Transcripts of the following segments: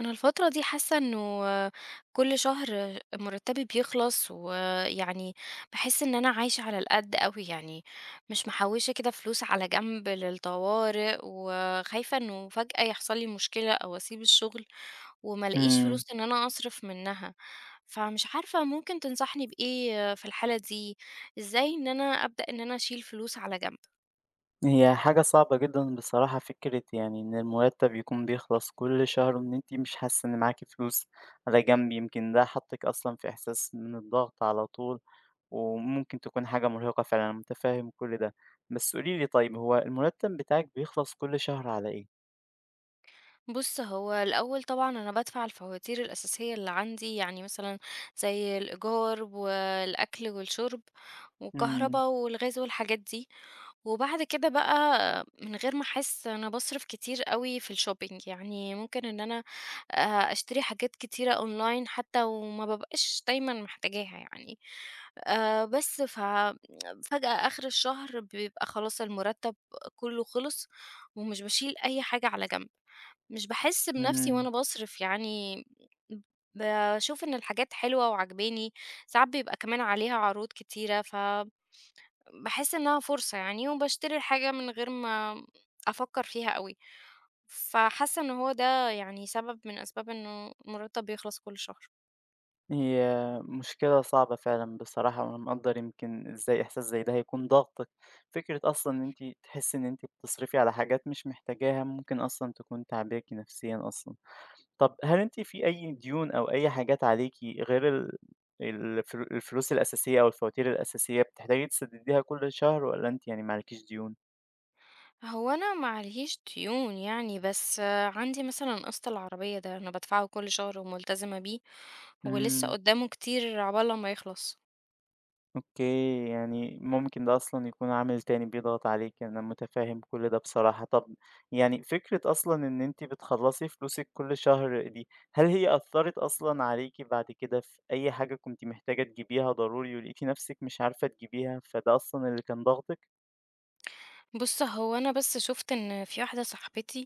أنا الفترة دي حاسة إنه كل شهر مرتبي بيخلص ويعني باحس إن أنا عايشة على القد أوي، يعني مش محوشة كده فلوس على جنب للطوارئ، وخايفة إنه فجأة يحصل لي مشكلة أو أسيب الشغل وما الاقيش إمم، فلوس إن أنا أصرف منها، فمش عارفة ممكن تنصحني بإيه في الحالة دي؟ إزاي إن أنا أبدأ إن أنا أشيل فلوس على جنب؟ هي حاجة صعبة جدًا بصراحة فكرة إن المرتب يكون بيخلص كل شهر وإن أنتِ مش حاسة إن معاكِ فلوس على جنب، يمكن ده حطِّك أصلًا في إحساس من الضغط على طول، وممكن تكون حاجة مرهقة فعلًا، أنا متفهم كل ده. بس قولي لي طيب هو المرتب بتاعِك بيخلص كل شهر على إيه؟ بُص، هو الأول طبعًا أنا بادفع الفواتير الأساسية اللي عندي، يعني مثلًا زي الإيجار والأكل والشرب إمم، والكهربا والغاز والحاجات دي. وبعد كده بقى من غير ما أحس أنا باصرف كتير أوي في الshopping، يعني ممكن إن أنا أشتري حاجات كتيرة online حتى وما بابقاش دايمًا محتاجاها يعني. بس فجأة آخر الشهر بيبقى خلاص المرتب كله خلص ومش باشيل أي حاجة على جنب. مش باحس بنفسي إمم. وأنا باصرف، يعني ب باشوف إن الحاجات حلوة وعاجباني، ساعات بيبقى كمان عليها عروض كتيرة، فباحس إنها فرصة يعني وباشتري الحاجة من غير ما أفكّر فيها أوي، فحاسة إن هو ده يعني سبب من أسباب إنه المرتب بيخلص كل شهر. هي مشكلة صعبة فعلًا بصراحة، وأنا مقدّر يمكن إزاي إحساس زي ده هيكون ضاغطِك، فكرة أصلًا إن أنتِ تحسّي إن أنتِ بتصرفي على حاجات مش محتاجاها، ممكن أصلًا تكون تعباكِ نفسيًا أصلًا. طب هل أنتِ في أي ديون أو أي حاجات عليكِ غير ال الفل الفلوس الأساسية أو الفواتير الأساسية بتحتاجي تسدّديها كل شهر والّا أنتِ ما عليكيش ديون؟ هو أنا ما علييش ديون يعني، بس عندي مثلًا قسط العربية ده أنا بادفعه كل شهر وملتزمة بيه، ولسه إمم. قدّامه كتير عقبال لمّا يخلص. أوكي، يعني ممكن ده أصلًا يكون عامل تاني بيضغط عليكِ، يعني أنا متفهم كل ده بصراحة. طب فكرة أصلًا إن أنتِ بتخلّصي فلوسِك كل شهر دي، هل هي أثّرت أصلًا عليكِ بعد كده في أي حاجة كنتِ محتاجة تجيبيها ضروري ولقيتِ نفسِك مش عارفة تجيبيها، فده أصلًا اللي كان ضاغطِك؟ بُص، هو أنا بس شُفت إن في واحدة صاحبتي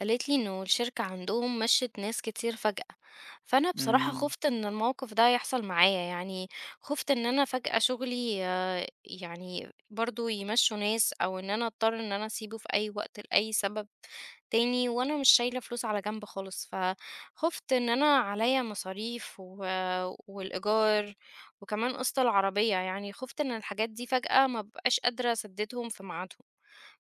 قالت لي إنه الشركة عندهم مشّت ناس كتير فجأة، فأنا بصراحة إمم. خُفت إن الموقف ده يحصل معايا. يعني خُفت إن أنا فجأة شغلي يعني برضه يمشّوا ناس أو إن أنا أضطر إن أنا أسيبه في أي وقت لأي سبب تاني، وأنا مش شايلة فلوس على جنب خالص، فخُفت إن أنا عليّا مصاريف والإيجار وكمان قِسْط العربية، يعني خُفت إن الحاجات دي فجأة ما أبقاش قادرة أسدّدهم في ميعادهم.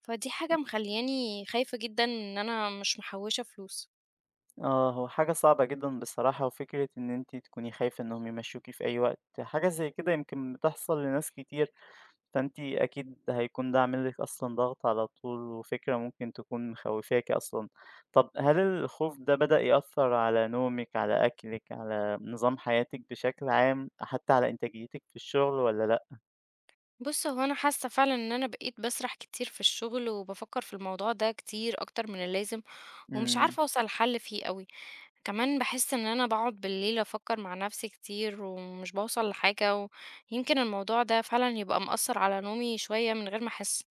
فدي حاجة مخلياني خايفة جدًا إن أنا مش محوّشة فلوس. آه، هو حاجة صعبة جدًا بصراحة، وفكرة إن أنتِ تكوني خايفة إنّهم يمشّوكِ في أي وقت، حاجة زي كده يمكن بتحصل لناس كتير. فأنتِ أكيد هيكون ده عامل لِك أصلًا ضغط على طول، وفكرة ممكن تكون مخوّفاكِ أصلًا. طب هل الخوف ده بدأ يأثّر على نومِك، على أكلِك، على نظام حياتِك بشكل عام، حتى على إنتاجيتِك في الشغل والّا لأ؟ بُص، هو أنا حاسة فعلًا إن أنا بقيت باسرح كتير في الشغل، وبافكّر في الموضوع ده كتير أكتر من اللازم، ومش إمم. عارفة أوصل لحل فيه أوي. كمان باحس إن أنا باقعد بالليل أفكّر مع نفسي كتير، ومش باوصل لحاجة، ويمكن الموضوع ده فعلًا يبقى مأثّر على نومي شوية من غير ما أحس.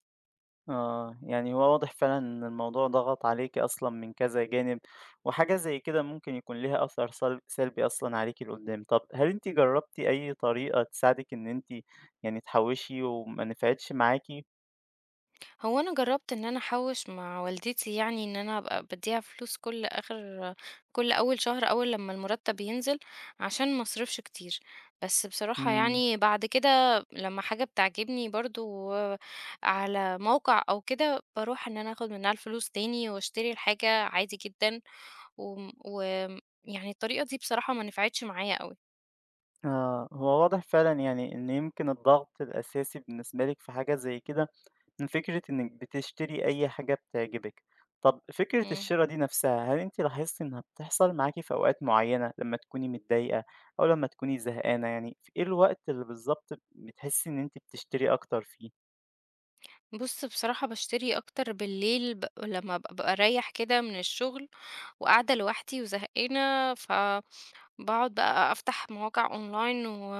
آه، يعني هو واضح فعلًا إن الموضوع ضغط عليكِ أصلًا من كذا جانب، وحاجة زي كده ممكن يكون ليها أثر سلبي أصلًا عليكِ لقدّام. طب هل أنتِ جرّبتِ أي طريقة تساعدِك إن أنتِ تحوّشي وما نفعتش معاكِ؟ هو أنا جرّبت إن أنا أحوّش مع والدتي، يعني إن أنا أبقى بادّيها فلوس كل أول شهر، أول لمّا المرتّب ينزل، عشان ما اصرفش كتير. بس بصراحة إمم. يعني بعد كده لمّا حاجة بتعجبني برضه على موقع أو كده، باروح إن أنا آخُد منّها الفلوس تاني واشتري الحاجة عادي جدًا، وم وم يعني الطريقة دي بصراحة ما نفعتش معايا أوي. آه، هو واضح فعلًا إن يمكن الضغط الأساسي بالنسبة لِك في حاجة زي كده من فكرة إنِّك بتشتري أي حاجة بتعجبِك. طَب فكرة إمم. الشِرا دي نفسها، هل أنتِ لاحظتِ إنها بتحصل معاكِ في أوقات معيّنة لمّا تكوني متضايقة أو لمّا تكوني زهقانة في إيه الوقت اللي بالضبط بتحسّي إن أنتِ بتشتري أكتر فيه؟ بُص، بصراحة باشتري أكتر بالليل لمّا أبقى باريّح كده من الشغل، وقاعدة لوحدي وزهقانة، فباقعد بقى أفتح مواقع أونلاين،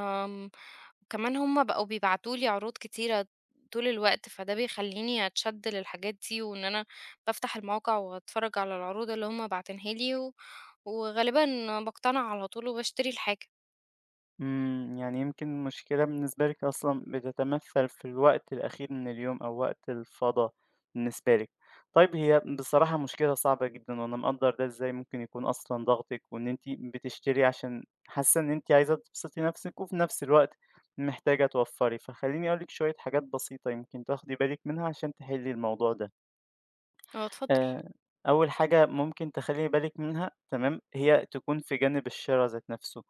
وكمان هم بقوا بيبعتوا لي عروض كتيرة طول الوقت، فده بيخلّيني أتشد للحاجات دي، وإن أنا بافتح المواقع وأتفرّج على العروض اللي هم باعتينها لي، وغالبًا باقتنع على طول وباشتري الحاجة. إمم، يعني يمكن المشكلة بالنسبة لِك أصلًا بتتمثّل في الوقت الأخير من اليوم أو وقت الفضا بالنسبة لِك. طيب هي بصراحة مشكلة صعبة جدًا وأنا مقدّر ده إزاي ممكن يكون أصلًا ضغطِك وإن أنتِ بتشتري عشان حاسة إن أنتِ عايزة تبسطي نَفْسِك وفي نَفْس الوقت محتاجة توفّري، فخلّيني أقول لِك شوية حاجات بسيطة يمكن تاخدي بالِك منها عشان تحلّي الموضوع ده. آه، اتفضل. آآ، أول حاجة ممكن تخلّي بالِك منها تمام، هي تكون في جانب الشرا ذات نفسه،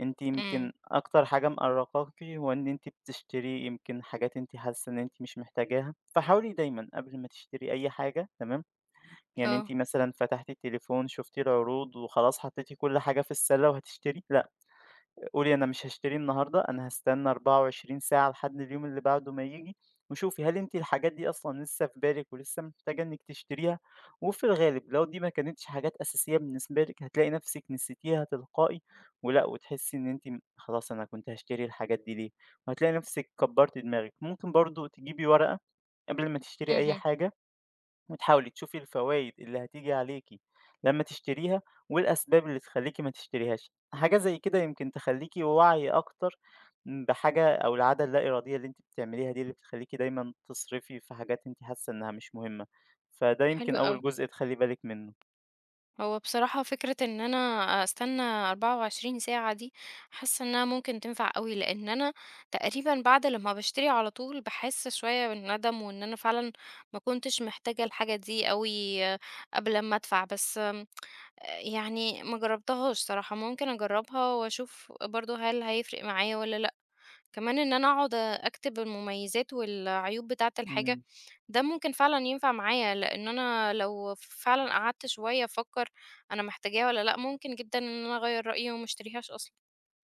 أنتِ إمم. يمكن أكتر حاجة مأرّقاكِ هو إن أنتِ بتشتري يمكن حاجات أنتِ حاسة إن أنتِ مش محتاجاها، فحاولي دايمًا قبل ما تشتري أي حاجة تمام، يعني آه. أنتِ مثلًا فتحتِ التليفون شُفتِ العروض وخلاص حطيتِ كل حاجة في السلة وهتشتري لأ. قولي أنا مش هاشتري النهارده، أنا هاستنى 24 ساعة لحد اليوم اللي بعده ما ييجي، وشوفي هل أنتِ الحاجات دي أصلًا لسه في بالِك ولسه محتاجة إنِّك تشتريها؟ وفي الغالب لو دي ما كانتش حاجات أساسية بالنسبة لِك هتلاقي نفسِك نسيتيها تلقائي، ولأ وتحسي إن أنتِ خلاص أنا كنت هاشتري الحاجات دي ليه، وهتلاقي نفسِك كبرتِ دماغِك. ممكن برضه تجيبي ورقة قبل ما تشتري أي اهم. حاجة وتحاولي تشوفي الفوائد اللي هتيجي عليكي لما تشتريها والأسباب اللي تخليكي ما تشتريهاش حاجة زي كده يمكن تخليكي واعية أكتر بحاجة أو العادة اللا إرادية اللي انت بتعمليها دي اللي بتخليكي دايما تصرفي في حاجات انت حاسة إنها مش مهمة فده حلو يمكن أوي. أول جزء تخلي بالك منه. هو بصراحة فكرة ان انا استنى 24 ساعة دي، حاسة انها ممكن تنفع قوي، لان انا تقريبا بعد لما بشتري على طول بحس شوية بالندم، وان انا فعلا ما كنتش محتاجة الحاجة دي قوي قبل ما ادفع، بس يعني ما جربتهاش صراحة، ممكن اجربها واشوف برضو هل هيفرق معايا ولا لا. كمان ان انا اقعد اكتب المميزات والعيوب بتاعة الحاجة مم. ده ممكن فعلًا ينفع معايا، لإن أنا لو فعلًا قعدت شوية أفكّر أنا محتاجاها والّا لأ، ممكن جدًا إن أنا أغيّر رأيي وما اشتريهاش أصلًا.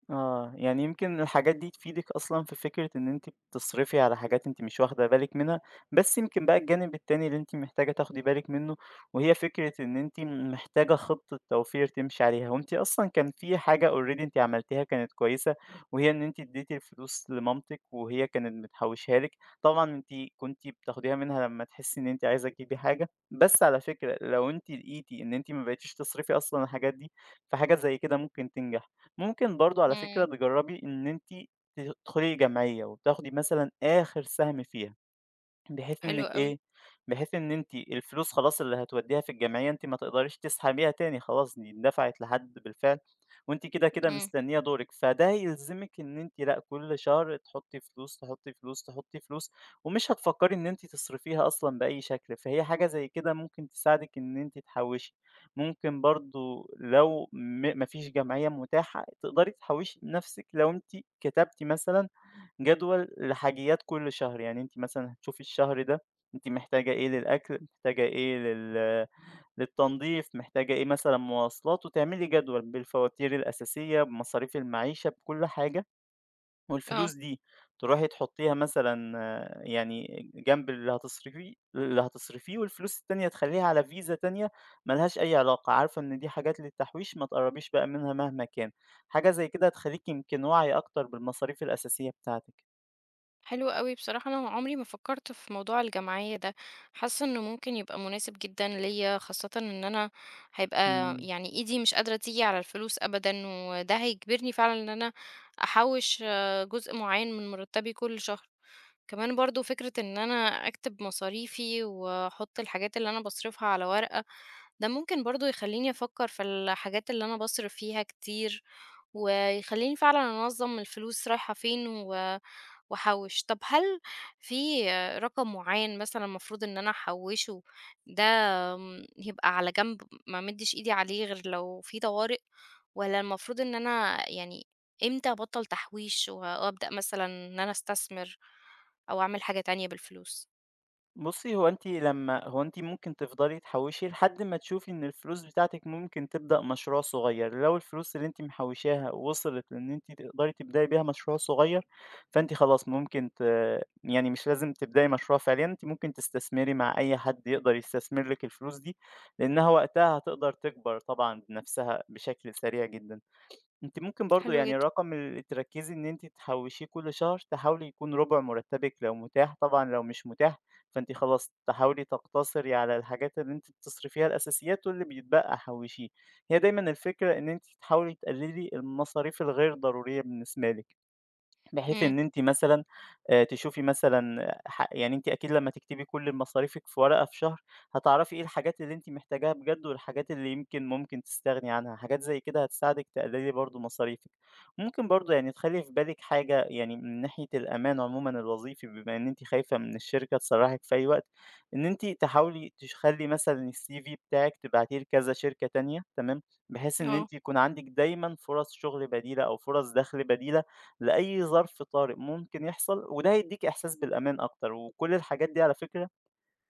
آه، يعني يمكن الحاجات دي تفيدِك أصلًا في فكرة إن أنتِ بتصرفي على حاجات أنتِ مش واخدة بالِك منها، بس يمكن بقى الجانب التاني اللي أنتِ محتاجة تاخدي بالِك منه، وهي فكرة إن أنتِ محتاجة خطة توفير تمشي عليها، وأنتِ أصلًا كان في حاجة already أنتِ عملتيها كانت كويسة، وهي إن أنتِ اديتِ الفلوس لمامتِك وهي كانت بتحوشها لِك، طبعًا أنتِ كنتِ بتاخديها منها لما تحسي إن أنتِ عايزة تجيبي حاجة، بس على فكرة لو أنتِ لقيتِ إن أنتِ ما بقيتيش تصرفي أصلًا الحاجات دي، فحاجة زي كده ممكن تنجح. ممكن برضه على فكرة إمم. تجرّبي إن أنتِ تدخلي جمعية وتاخدي مثلًا آخر سهم فيها. بحيث حلو إنِّك أوي. إيه، بحيث إن أنتِ الفلوس خلاص اللي هتودّيها في الجمعية أنتِ ما تقدريش تسحبيها تاني خلاص، دي اندفعت لحد بالفعل وأنتِ كده، كده إمم. مستنية دورِك، فده هيلزمِك إن أنتِ لأ، كل شهر تحطّي فلوس، تحطّي فلوس، تحطّي فلوس ومش هتفكّري إن أنتِ تصرفيها أصلًا بأي شكل، فهي حاجة زي كده ممكن تساعدِك إن أنتِ تحوّشي. ممكن برضه لو ما فيش جمعية متاحة، تقدري تحوّشي بنَفْسِك لو أنتِ كتبتِ مثلًا جدول لحاجيات كل شهر، يعني أنتِ مثلًا هتشوفي الشهر ده أنتِ محتاجة إيه للأكل، محتاجة إيه للتنضيف، محتاجة إيه مثلًا مواصلات، وتعملي جدول بالفواتير الأساسية، بمصاريف المعيشة، بكل حاجة، آه. والفلوس دي تروحي تحطيها مثلًا جنب اللي هتصرفيه اللي هتصرفيه، والفلوس التانية تخلّيها على فيزا تانية ما لهاش أي علاقة، عارفة إن دي حاجات للتحويش ما تقرّبيش بقى منها مهما كان، حاجة زي كده هتخلّيكِ يمكن واعية أكتر بالمصاريف الأساسية بتاعتِك. حلو أوي، بصراحة أنا عمري ما فكّرت في موضوع الجمعية ده، حاسة إنه ممكن يبقى مناسب جدًا ليّا، خاصةً إن أنا هيبقى إمم. يعني إيدي مش قادرة تيجي على الفلوس أبدًا، وده هيجبرني فعلًا إن أنا أحوّش جزء معيّن من مرتبي كل شهر. كمان برضو فكرة ان انا اكتب مصاريفي واحط الحاجات اللي انا بصرفها على ورقة، ده ممكن برضو يخليني افكر في الحاجات اللي انا بصرف فيها كتير، ويخليني فعلا انظم الفلوس رايحة فين واحوش. طب هل في رقم معين مثلا المفروض ان انا احوشه ده يبقى على جنب، ما مدش ايدي عليه غير لو في طوارئ، ولا المفروض ان انا يعني امتى ابطل تحويش وابدا مثلا ان انا استثمر أو أعمل حاجة تانية بالفلوس؟ بُصّي، هو أنتِ ممكن تفضلي تحوّشي لحد ما تشوفي إن الفلوس بتاعتِك ممكن تبدأ مشروع صغير، لو الفلوس اللي أنتِ محوّشاها وصلت لإن أنتِ تقدري تبدئي بيها مشروع صغير، فأنتِ خلاص ممكن ت يعني مش لازم تبدئي مشروع فعليًا، أنتِ ممكن تستثمري مع أي حد يقدر يستثمر لِك الفلوس دي، لإنها وقتها هتقدر تكبر طبعًا بنفسها بشكل سريع جدًا. أنتِ ممكن برضه حلو يعني جدًا. الرقم اللي تركّزي إن أنتِ تحوّشيه كل شهر، تحاولي يكون ربع مرتبِك لو متاح، طبعًا لو مش متاح فأنتِ خلاص تحاولي تقتصري على الحاجات اللي أنتِ بتصرفيها الأساسيات واللي بيتبقى حوّشيه. هي دايمًا الفكرة إن أنتِ تحاولي تقللي المصاريف الغير ضرورية بالنسبة لِك. بحيث إمم. إن أنتِ مثلًا تشوفي مثلًا ح يعني أنتِ أكيد لمّا تكتبي كل مصاريفِك في ورقة في شهر، هتعرفي إيه الحاجات اللي أنتِ محتاجاها بجد والحاجات اللي ممكن تستغني عنها، حاجات زي كده هتساعدِك تقللي برضه مصاريفِك. ممكن برضه يعني تخلّي في بالِك حاجة يعني من ناحية الأمان عمومًا الوظيفي بما إن أنتِ خايفة من الشركة تسرّحِك في أي وقت، إن أنتِ تحاولي تخلّي مثلًا الCV بتاعِك تبعتيه لكذا شركة تانية تمام، بحيث إن آه. أنتِ يكون عندِك دايمًا فرص شغل بديلة أو فرص دخل بديلة لأي ظرف طارئ ممكن يحصل، وده هيدّيكِ إحساس بالأمان أكتر، وكل الحاجات دي على فكرة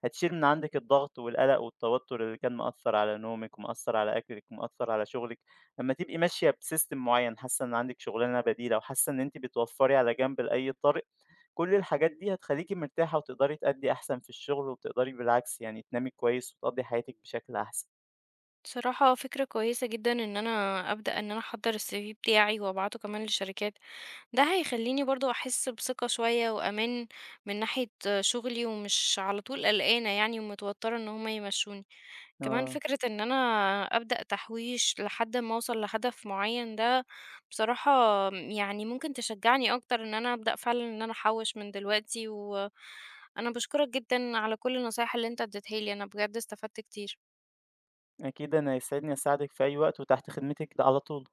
هتشيل من عندِك الضغط والقلق والتوتر اللي كان مأثّر على نومِك ومأثّر على أكلِك ومأثّر على شغلِك، لمّا تبقي ماشية بsystem معيّن، حاسة إن عندِك شغلانة بديلة وحاسة إن أنتِ بتوفّري على جنب لأي طارئ، كل الحاجات دي هتخلّيكِ مرتاحة وتقدري تأدّي أحسن في الشغل وتقدري بالعكس يعني تنامي كويس وتقضّي حياتِك بشكل أحسن. بصراحة فكرة كويسة جدًا إن أنا أبدأ إن أنا أحضّر الCV بتاعي وأبعته كمان للشركات، ده هيخلّيني برضه أحس بثقة شوية وأمان من ناحية شغلي، ومش على طول قلقانة يعني ومتوترة إن هم يمشّوني. كمان آه، فكرة إن أنا أبدأ تحويش لحد ما أوصل لهدف معين، ده بصراحة يعني ممكن تشجعني أكتر إن أنا أبدأ فعلا إن أنا أحوش من دلوقتي، وأنا بشكرك جدا على كل النصايح اللي أنت اديتها لي، أنا بجد استفدت كتير. أكيد أنا يسعدني أساعدِك في أي وقت وتحت خدمتِك على طول.